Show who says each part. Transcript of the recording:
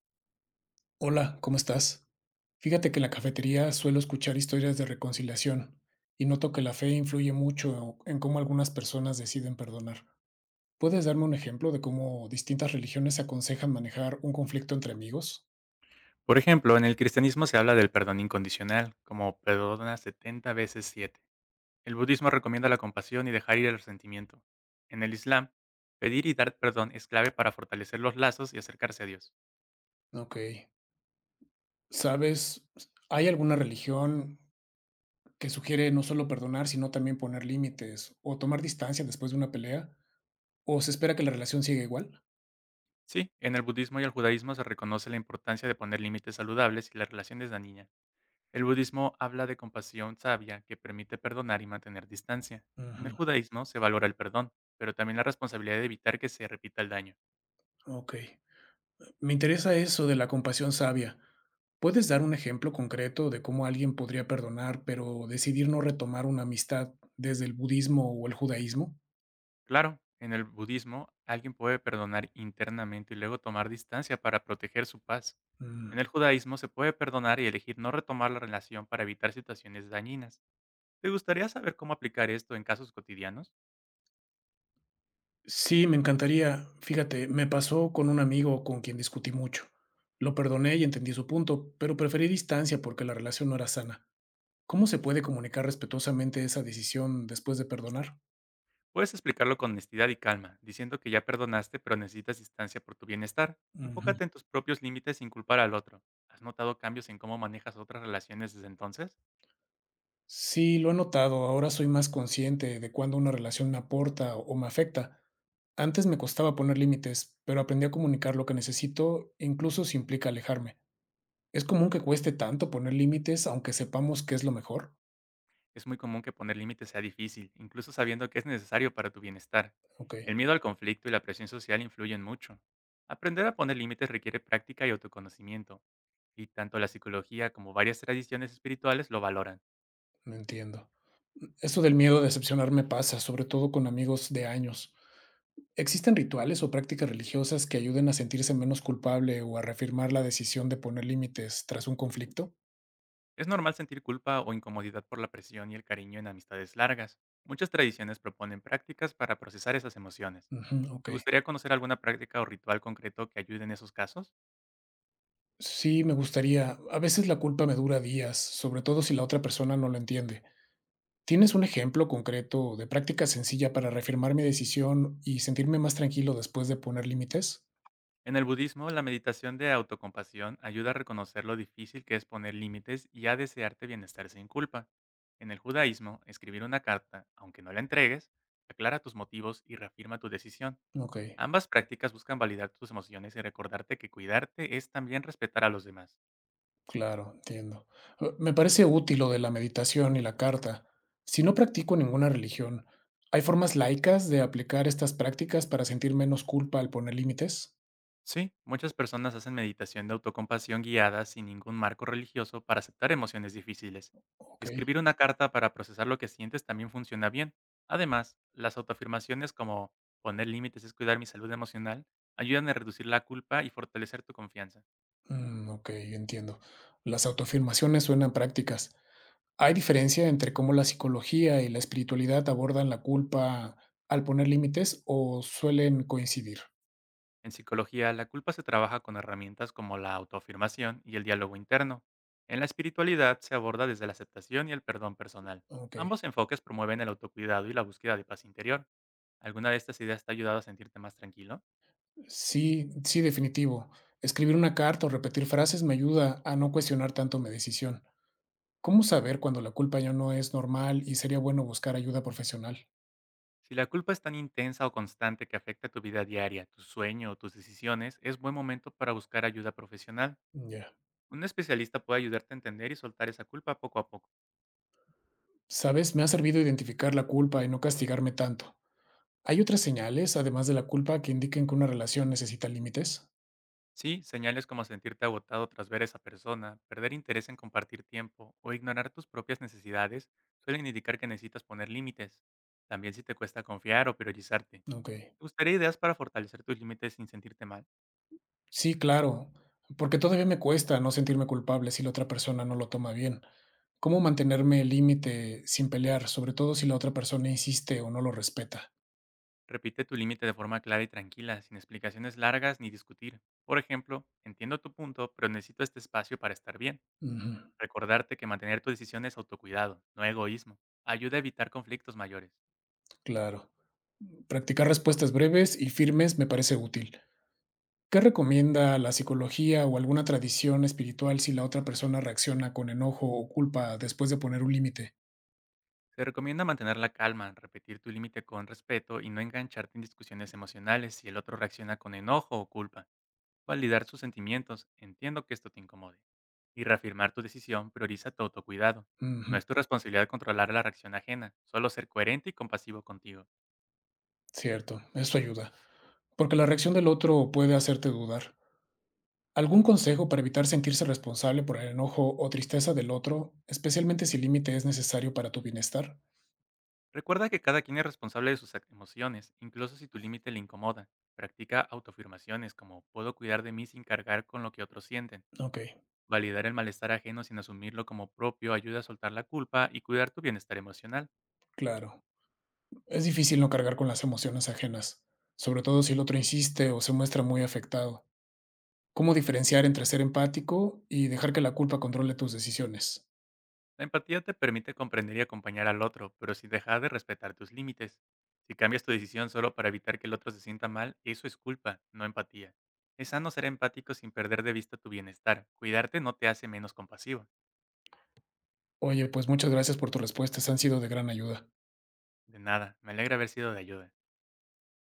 Speaker 1: Hola, ¿cómo estás? Fíjate que en la cafetería suelo escuchar historias de reconciliación y noto que la fe influye mucho en cómo algunas personas deciden perdonar. ¿Puedes darme un ejemplo de cómo distintas religiones aconsejan manejar un conflicto entre amigos?
Speaker 2: Por ejemplo, en el cristianismo se habla del perdón incondicional, como perdona 70 veces 7". El budismo recomienda la compasión y dejar ir el resentimiento. En el Islam, pedir y dar perdón es clave para fortalecer los lazos y acercarse a Dios.
Speaker 1: Ok. ¿Sabes? ¿Hay alguna religión que sugiere no solo perdonar, sino también poner límites o tomar distancia después de una pelea? ¿O se espera que la relación siga igual?
Speaker 2: Sí, en el budismo y el judaísmo se reconoce la importancia de poner límites saludables y la relación desde niña. El budismo habla de compasión sabia que permite perdonar y mantener distancia. En
Speaker 1: Ujú.
Speaker 2: el judaísmo se valora el perdón, pero también la responsabilidad de evitar que se repita el daño.
Speaker 1: Ok. Me interesa eso de la compasión sabia. ¿Puedes dar un ejemplo concreto de cómo alguien podría perdonar, pero decidir no retomar una amistad desde el budismo o el judaísmo?
Speaker 2: Claro, en el budismo, alguien puede perdonar internamente y luego tomar distancia para proteger su paz.
Speaker 1: Mm.
Speaker 2: En el judaísmo se puede perdonar y elegir no retomar la relación para evitar situaciones dañinas. ¿Te gustaría saber cómo aplicar esto en casos cotidianos?
Speaker 1: Sí, me encantaría. Fíjate, me pasó con un amigo con quien discutí mucho. Lo perdoné y entendí su punto, pero preferí distancia porque la relación no era sana. ¿Cómo se puede comunicar respetuosamente esa decisión después de perdonar?
Speaker 2: Puedes explicarlo con honestidad y calma, diciendo que ya perdonaste pero necesitas distancia por tu bienestar.
Speaker 1: Ujú.
Speaker 2: Enfócate en tus propios límites sin culpar al otro. ¿Has notado cambios en cómo manejas otras relaciones desde entonces?
Speaker 1: Sí, lo he notado. Ahora soy más consciente de cuándo una relación me aporta o me afecta. Antes me costaba poner límites, pero aprendí a comunicar lo que necesito, incluso si implica alejarme. ¿Es común que cueste tanto poner límites aunque sepamos que es lo mejor?
Speaker 2: Es muy común que poner límites sea difícil, incluso sabiendo que es necesario para tu bienestar.
Speaker 1: Ok,
Speaker 2: El miedo al conflicto y la presión social influyen mucho. Aprender a poner límites requiere práctica y autoconocimiento, y tanto la psicología como varias tradiciones espirituales lo valoran.
Speaker 1: no entiendo. Esto del miedo a decepcionar me pasa, sobre todo con amigos de años. ¿Existen rituales o prácticas religiosas que ayuden a sentirse menos culpable o a reafirmar la decisión de poner límites tras un conflicto?
Speaker 2: Es normal sentir culpa o incomodidad por la presión y el cariño en amistades largas. Muchas tradiciones proponen prácticas para procesar esas emociones.
Speaker 1: Ujú, ok.
Speaker 2: ¿Te gustaría conocer alguna práctica o ritual concreto que ayude en esos casos?
Speaker 1: Sí, me gustaría. A veces la culpa me dura días, sobre todo si la otra persona no lo entiende. ¿Tienes un ejemplo concreto de práctica sencilla para reafirmar mi decisión y sentirme más tranquilo después de poner límites?
Speaker 2: En el budismo, la meditación de autocompasión ayuda a reconocer lo difícil que es poner límites y a desearte bienestar sin culpa. En el judaísmo, escribir una carta, aunque no la entregues, aclara tus motivos y reafirma tu decisión.
Speaker 1: Ok,
Speaker 2: Ambas prácticas buscan validar tus emociones y recordarte que cuidarte es también respetar a los demás.
Speaker 1: claro, entiendo. Me parece útil lo de la meditación y la carta. Si no practico ninguna religión, ¿hay formas laicas de aplicar estas prácticas para sentir menos culpa al poner límites?
Speaker 2: Sí, muchas personas hacen meditación de autocompasión guiada sin ningún marco religioso para aceptar emociones difíciles.
Speaker 1: Ok,
Speaker 2: Escribir una carta para procesar lo que sientes también funciona bien. Además, las autoafirmaciones como poner límites es cuidar mi salud emocional ayudan a reducir la culpa y fortalecer tu confianza.
Speaker 1: mm, ok, entiendo. Las autoafirmaciones suenan prácticas. ¿Hay diferencia entre cómo la psicología y la espiritualidad abordan la culpa al poner límites o suelen coincidir?
Speaker 2: En psicología, la culpa se trabaja con herramientas como la autoafirmación y el diálogo interno. En la espiritualidad se aborda desde la aceptación y el perdón personal.
Speaker 1: Okey.
Speaker 2: Ambos enfoques promueven el autocuidado y la búsqueda de paz interior. ¿Alguna de estas ideas te ha ayudado a sentirte más tranquilo?
Speaker 1: Sí, sí, definitivo. Escribir una carta o repetir frases me ayuda a no cuestionar tanto mi decisión. ¿Cómo saber cuando la culpa ya no es normal y sería bueno buscar ayuda profesional?
Speaker 2: Si la culpa es tan intensa o constante que afecta tu vida diaria, tu sueño o tus decisiones, es buen momento para buscar ayuda profesional.
Speaker 1: Ya.
Speaker 2: Un especialista puede ayudarte a entender y soltar esa culpa poco a poco.
Speaker 1: ¿Sabes? Me ha servido identificar la culpa y no castigarme tanto. ¿Hay otras señales, además de la culpa, que indiquen que una relación necesita límites?
Speaker 2: Sí, señales como sentirte agotado tras ver a esa persona, perder interés en compartir tiempo o ignorar tus propias necesidades suelen indicar que necesitas poner límites. También si te cuesta confiar o priorizarte. ¿Te
Speaker 1: Okey.
Speaker 2: gustaría ideas para fortalecer tus límites sin sentirte mal?
Speaker 1: Sí, claro, porque todavía me cuesta no sentirme culpable si la otra persona no lo toma bien. ¿Cómo mantenerme el límite sin pelear, sobre todo si la otra persona insiste o no lo respeta?
Speaker 2: Repite tu límite de forma clara y tranquila, sin explicaciones largas ni discutir. Por ejemplo, entiendo tu punto, pero necesito este espacio para estar bien.
Speaker 1: Ujú,
Speaker 2: Recordarte que mantener tu decisión es autocuidado, no egoísmo. Ayuda a evitar conflictos mayores.
Speaker 1: claro. Practicar respuestas breves y firmes me parece útil. ¿Qué recomienda la psicología o alguna tradición espiritual si la otra persona reacciona con enojo o culpa después de poner un límite?
Speaker 2: Se recomienda mantener la calma, repetir tu límite con respeto y no engancharte en discusiones emocionales si el otro reacciona con enojo o culpa. Validar sus sentimientos, entiendo que esto te incomode. Y reafirmar tu decisión, prioriza tu autocuidado. No
Speaker 1: Ujú,
Speaker 2: es tu responsabilidad controlar la reacción ajena, solo ser coherente y compasivo contigo.
Speaker 1: cierto, eso ayuda, porque la reacción del otro puede hacerte dudar. ¿Algún consejo para evitar sentirse responsable por el enojo o tristeza del otro, especialmente si el límite es necesario para tu bienestar?
Speaker 2: Recuerda que cada quien es responsable de sus emociones, incluso si tu límite le incomoda. Practica autoafirmaciones como puedo cuidar de mí sin cargar con lo que otros sienten.
Speaker 1: Ok,
Speaker 2: Validar el malestar ajeno sin asumirlo como propio ayuda a soltar la culpa y cuidar tu bienestar emocional.
Speaker 1: claro. Es difícil no cargar con las emociones ajenas, sobre todo si el otro insiste o se muestra muy afectado. ¿Cómo diferenciar entre ser empático y dejar que la culpa controle tus decisiones?
Speaker 2: La empatía te permite comprender y acompañar al otro, pero sin dejar de respetar tus límites. Si cambias tu decisión solo para evitar que el otro se sienta mal, eso es culpa, no empatía. Es sano ser empático sin perder de vista tu bienestar. Cuidarte no te hace menos compasivo.
Speaker 1: Oye, pues muchas gracias por tus respuestas, han sido de gran ayuda.
Speaker 2: De nada, me alegra haber sido de ayuda.